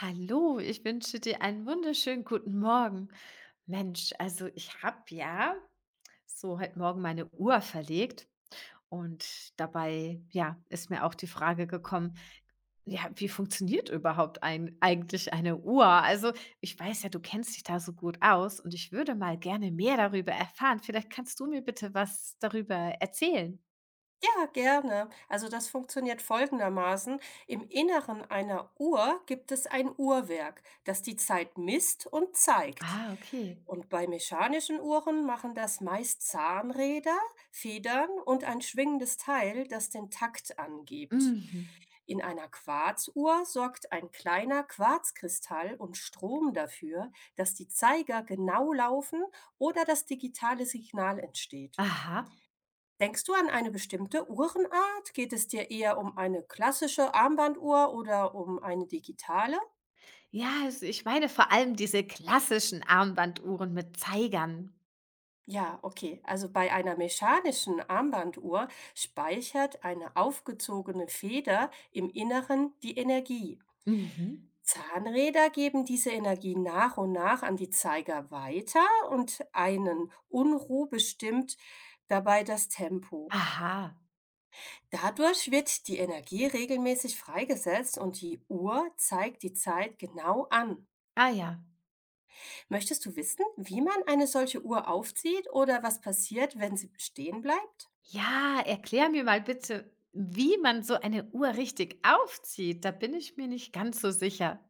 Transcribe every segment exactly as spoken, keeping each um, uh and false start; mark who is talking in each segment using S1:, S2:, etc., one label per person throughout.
S1: Hallo, ich wünsche dir einen wunderschönen guten Morgen. Mensch, also ich habe ja so heute Morgen meine Uhr verlegt und dabei, ja, ist mir auch die Frage gekommen, ja, wie funktioniert überhaupt ein, eigentlich eine Uhr? Also ich weiß ja, du kennst dich da so gut aus und ich würde mal gerne mehr darüber erfahren. Vielleicht kannst du mir bitte was darüber erzählen.
S2: Ja, gerne. Also das funktioniert folgendermaßen. Im Inneren einer Uhr gibt es ein Uhrwerk, das die Zeit misst und zeigt.
S1: Ah, okay.
S2: Und bei mechanischen Uhren machen das meist Zahnräder, Federn und ein schwingendes Teil, das den Takt angibt.
S1: Mhm.
S2: In einer Quarzuhr sorgt ein kleiner Quarzkristall und Strom dafür, dass die Zeiger genau laufen oder das digitale Signal entsteht.
S1: Aha.
S2: Denkst du an eine bestimmte Uhrenart? Geht es dir eher um eine klassische Armbanduhr oder um eine digitale?
S1: Ja, also ich meine vor allem diese klassischen Armbanduhren mit Zeigern.
S2: Ja, okay. Also bei einer mechanischen Armbanduhr speichert eine aufgezogene Feder im Inneren die Energie.
S1: Mhm.
S2: Zahnräder geben diese Energie nach und nach an die Zeiger weiter und einen Unruh bestimmt dabei das Tempo.
S1: Aha.
S2: Dadurch wird die Energie regelmäßig freigesetzt und die Uhr zeigt die Zeit genau an.
S1: Ah ja.
S2: Möchtest du wissen, wie man eine solche Uhr aufzieht oder was passiert, wenn sie stehen bleibt?
S1: Ja, erklär mir mal bitte, wie man so eine Uhr richtig aufzieht. Da bin ich mir nicht ganz so sicher.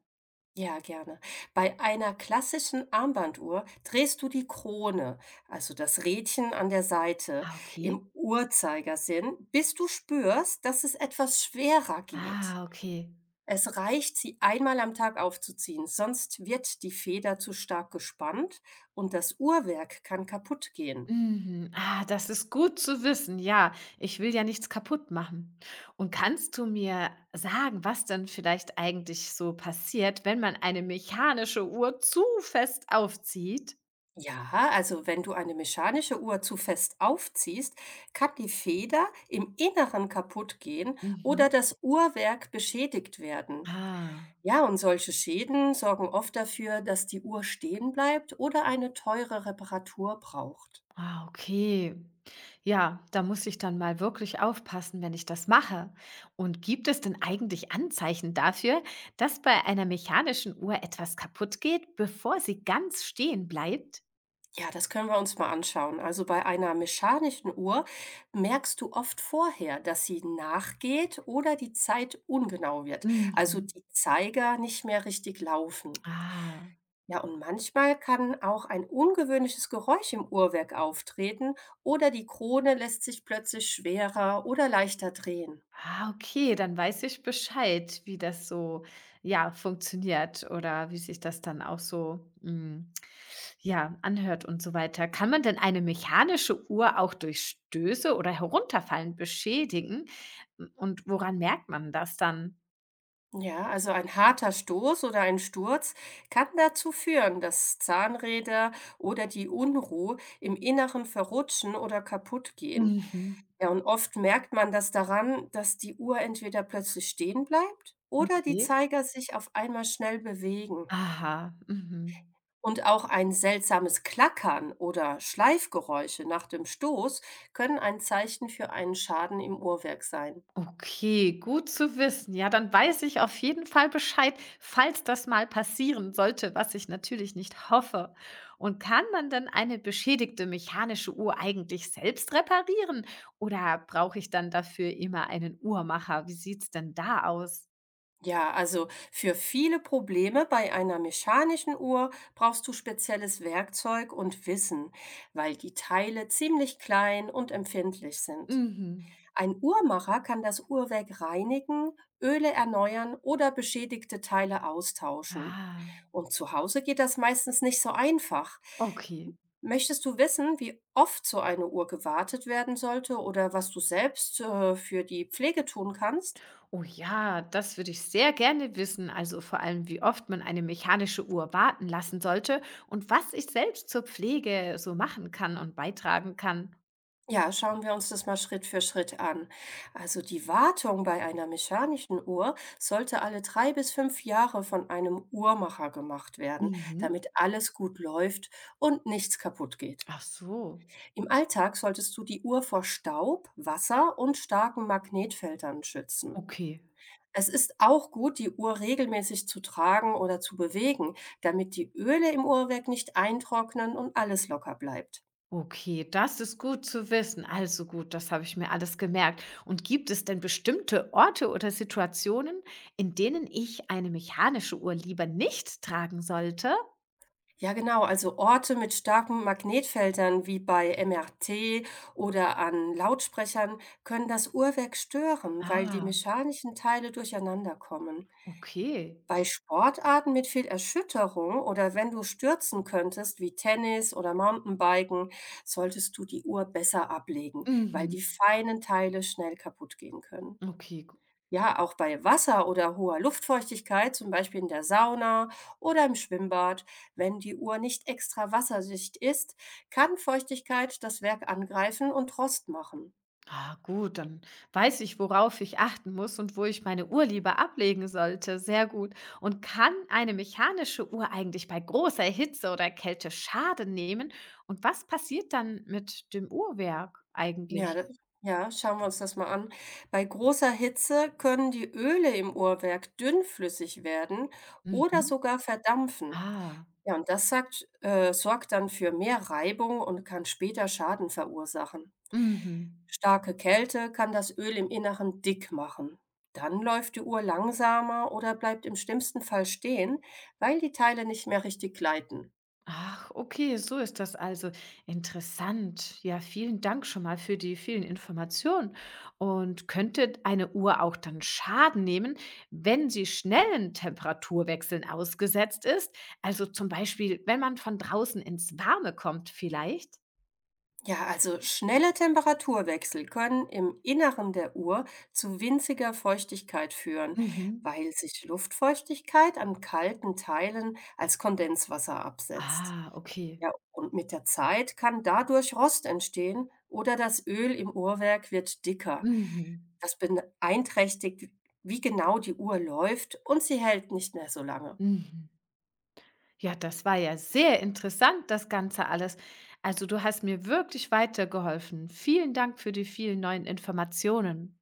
S2: Ja, gerne. Bei einer klassischen Armbanduhr drehst du die Krone, also das Rädchen an der Seite,
S1: Ah, okay.
S2: im Uhrzeigersinn, bis du spürst, dass es etwas schwerer geht.
S1: Ah, okay.
S2: Es reicht, sie einmal am Tag aufzuziehen, sonst wird die Feder zu stark gespannt und das Uhrwerk kann kaputt gehen.
S1: Mhm. Ah, das ist gut zu wissen. Ja, ich will ja nichts kaputt machen. Und kannst du mir sagen, was dann vielleicht eigentlich so passiert, wenn man eine mechanische Uhr zu fest aufzieht?
S2: Ja, also wenn du eine mechanische Uhr zu fest aufziehst, kann die Feder im Inneren kaputt gehen
S1: Mhm.
S2: oder das Uhrwerk beschädigt werden.
S1: Ah,
S2: Ja, und solche Schäden sorgen oft dafür, dass die Uhr stehen bleibt oder eine teure Reparatur braucht.
S1: ah, okay. Ja, da muss ich dann mal wirklich aufpassen, wenn ich das mache. Und gibt es denn eigentlich Anzeichen dafür, dass bei einer mechanischen Uhr etwas kaputt geht, bevor sie ganz stehen bleibt?
S2: Ja, das können wir uns mal anschauen. Also bei einer mechanischen Uhr merkst du oft vorher, dass sie nachgeht oder die Zeit ungenau wird. Also
S1: Mhm.
S2: die Zeiger nicht mehr richtig laufen.
S1: Ah,
S2: Ja, und manchmal kann auch ein ungewöhnliches Geräusch im Uhrwerk auftreten oder die Krone lässt sich plötzlich schwerer oder leichter drehen.
S1: ah, okay, dann weiß ich Bescheid, wie das so, ja, funktioniert oder wie sich das dann auch so, mm, ja, anhört und so weiter. Kann man denn eine mechanische Uhr auch durch Stöße oder Herunterfallen beschädigen? Und woran merkt man das dann?
S2: Ja, also ein harter Stoß oder ein Sturz kann dazu führen, dass Zahnräder oder die Unruh im Inneren verrutschen oder kaputt gehen.
S1: Mhm.
S2: Ja, und oft merkt man das daran, dass die Uhr entweder plötzlich stehen bleibt oder die
S1: Okay.
S2: Zeiger sich auf einmal schnell bewegen.
S1: Aha. Mhm.
S2: Und auch ein seltsames Klackern oder Schleifgeräusche nach dem Stoß können ein Zeichen für einen Schaden im Uhrwerk sein.
S1: Okay, gut zu wissen. Ja, dann weiß ich auf jeden Fall Bescheid, falls das mal passieren sollte, was ich natürlich nicht hoffe. Und kann man denn eine beschädigte mechanische Uhr eigentlich selbst reparieren? Oder brauche ich dann dafür immer einen Uhrmacher? Wie sieht's denn da aus?
S2: Ja, also für viele Probleme bei einer mechanischen Uhr brauchst du spezielles Werkzeug und Wissen, weil die Teile ziemlich klein und empfindlich sind.
S1: Mhm.
S2: Ein Uhrmacher kann das Uhrwerk reinigen, Öle erneuern oder beschädigte Teile austauschen.
S1: Ah,
S2: Und zu Hause geht das meistens nicht so einfach.
S1: okay.
S2: Möchtest du wissen, wie oft so eine Uhr gewartet werden sollte oder was du selbst äh, für die Pflege tun kannst?
S1: Oh ja, das würde ich sehr gerne wissen. Also vor allem, wie oft man eine mechanische Uhr warten lassen sollte und was ich selbst zur Pflege so machen kann und beitragen kann.
S2: Ja, schauen wir uns das mal Schritt für Schritt an. Also die Wartung bei einer mechanischen Uhr sollte alle drei bis fünf Jahre von einem Uhrmacher gemacht werden,
S1: Mhm.
S2: damit alles gut läuft und nichts kaputt geht.
S1: Ach so.
S2: Im Alltag solltest du die Uhr vor Staub, Wasser und starken Magnetfeldern schützen.
S1: Okay.
S2: Es ist auch gut, die Uhr regelmäßig zu tragen oder zu bewegen, damit die Öle im Uhrwerk nicht eintrocknen und alles locker bleibt.
S1: Okay, das ist gut zu wissen. Also gut, das habe ich mir alles gemerkt. Und gibt es denn bestimmte Orte oder Situationen, in denen ich eine mechanische Uhr lieber nicht tragen sollte?
S2: Ja, genau. Also Orte mit starken Magnetfeldern wie bei M R T oder an Lautsprechern können das Uhrwerk stören, weil die
S1: Ah,
S2: mechanischen Teile durcheinander kommen.
S1: okay.
S2: Bei Sportarten mit viel Erschütterung oder wenn du stürzen könntest, wie Tennis oder Mountainbiken, solltest du die Uhr besser ablegen, weil
S1: Mhm.
S2: die feinen Teile schnell kaputt gehen können.
S1: Okay, gu
S2: Ja, auch bei Wasser oder hoher Luftfeuchtigkeit, zum Beispiel in der Sauna oder im Schwimmbad, wenn die Uhr nicht extra wasserdicht ist, kann Feuchtigkeit das Werk angreifen und Rost machen.
S1: ah, gut, dann weiß ich, worauf ich achten muss und wo ich meine Uhr lieber ablegen sollte. Sehr gut. Und kann eine mechanische Uhr eigentlich bei großer Hitze oder Kälte Schaden nehmen? Und was passiert dann mit dem Uhrwerk
S2: Ja,
S1: eigentlich?
S2: da ja, schauen wir uns das mal an. Bei großer Hitze können die Öle im Uhrwerk dünnflüssig werden oder
S1: Mhm.
S2: sogar verdampfen.
S1: Ah,
S2: Ja, und das sagt, äh, sorgt dann für mehr Reibung und kann später Schaden verursachen.
S1: mhm.
S2: Starke Kälte kann das Öl im Inneren dick machen. Dann läuft die Uhr langsamer oder bleibt im schlimmsten Fall stehen, weil die Teile nicht mehr richtig gleiten.
S1: Ach, okay, so ist das also. Interessant. Ja, vielen Dank schon mal für die vielen Informationen. Und könnte eine Uhr auch dann Schaden nehmen, wenn sie schnellen Temperaturwechseln ausgesetzt ist? Also zum Beispiel, wenn man von draußen ins Warme kommt, vielleicht?
S2: Ja, also schnelle Temperaturwechsel können im Inneren der Uhr zu winziger Feuchtigkeit führen,
S1: Mhm.
S2: weil sich Luftfeuchtigkeit an kalten Teilen als Kondenswasser absetzt.
S1: Ah, okay.
S2: Ja, und mit der Zeit kann dadurch Rost entstehen oder das Öl im Uhrwerk wird dicker.
S1: Mhm.
S2: Das beeinträchtigt, wie genau die Uhr läuft, und sie hält nicht mehr so lange.
S1: Mhm. Ja, das war ja sehr interessant, das Ganze alles. Also du hast mir wirklich weitergeholfen. Vielen Dank für die vielen neuen Informationen.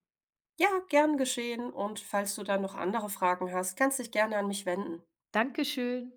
S2: Ja, gern geschehen. Und falls du dann noch andere Fragen hast, kannst dich gerne an mich wenden.
S1: Dankeschön.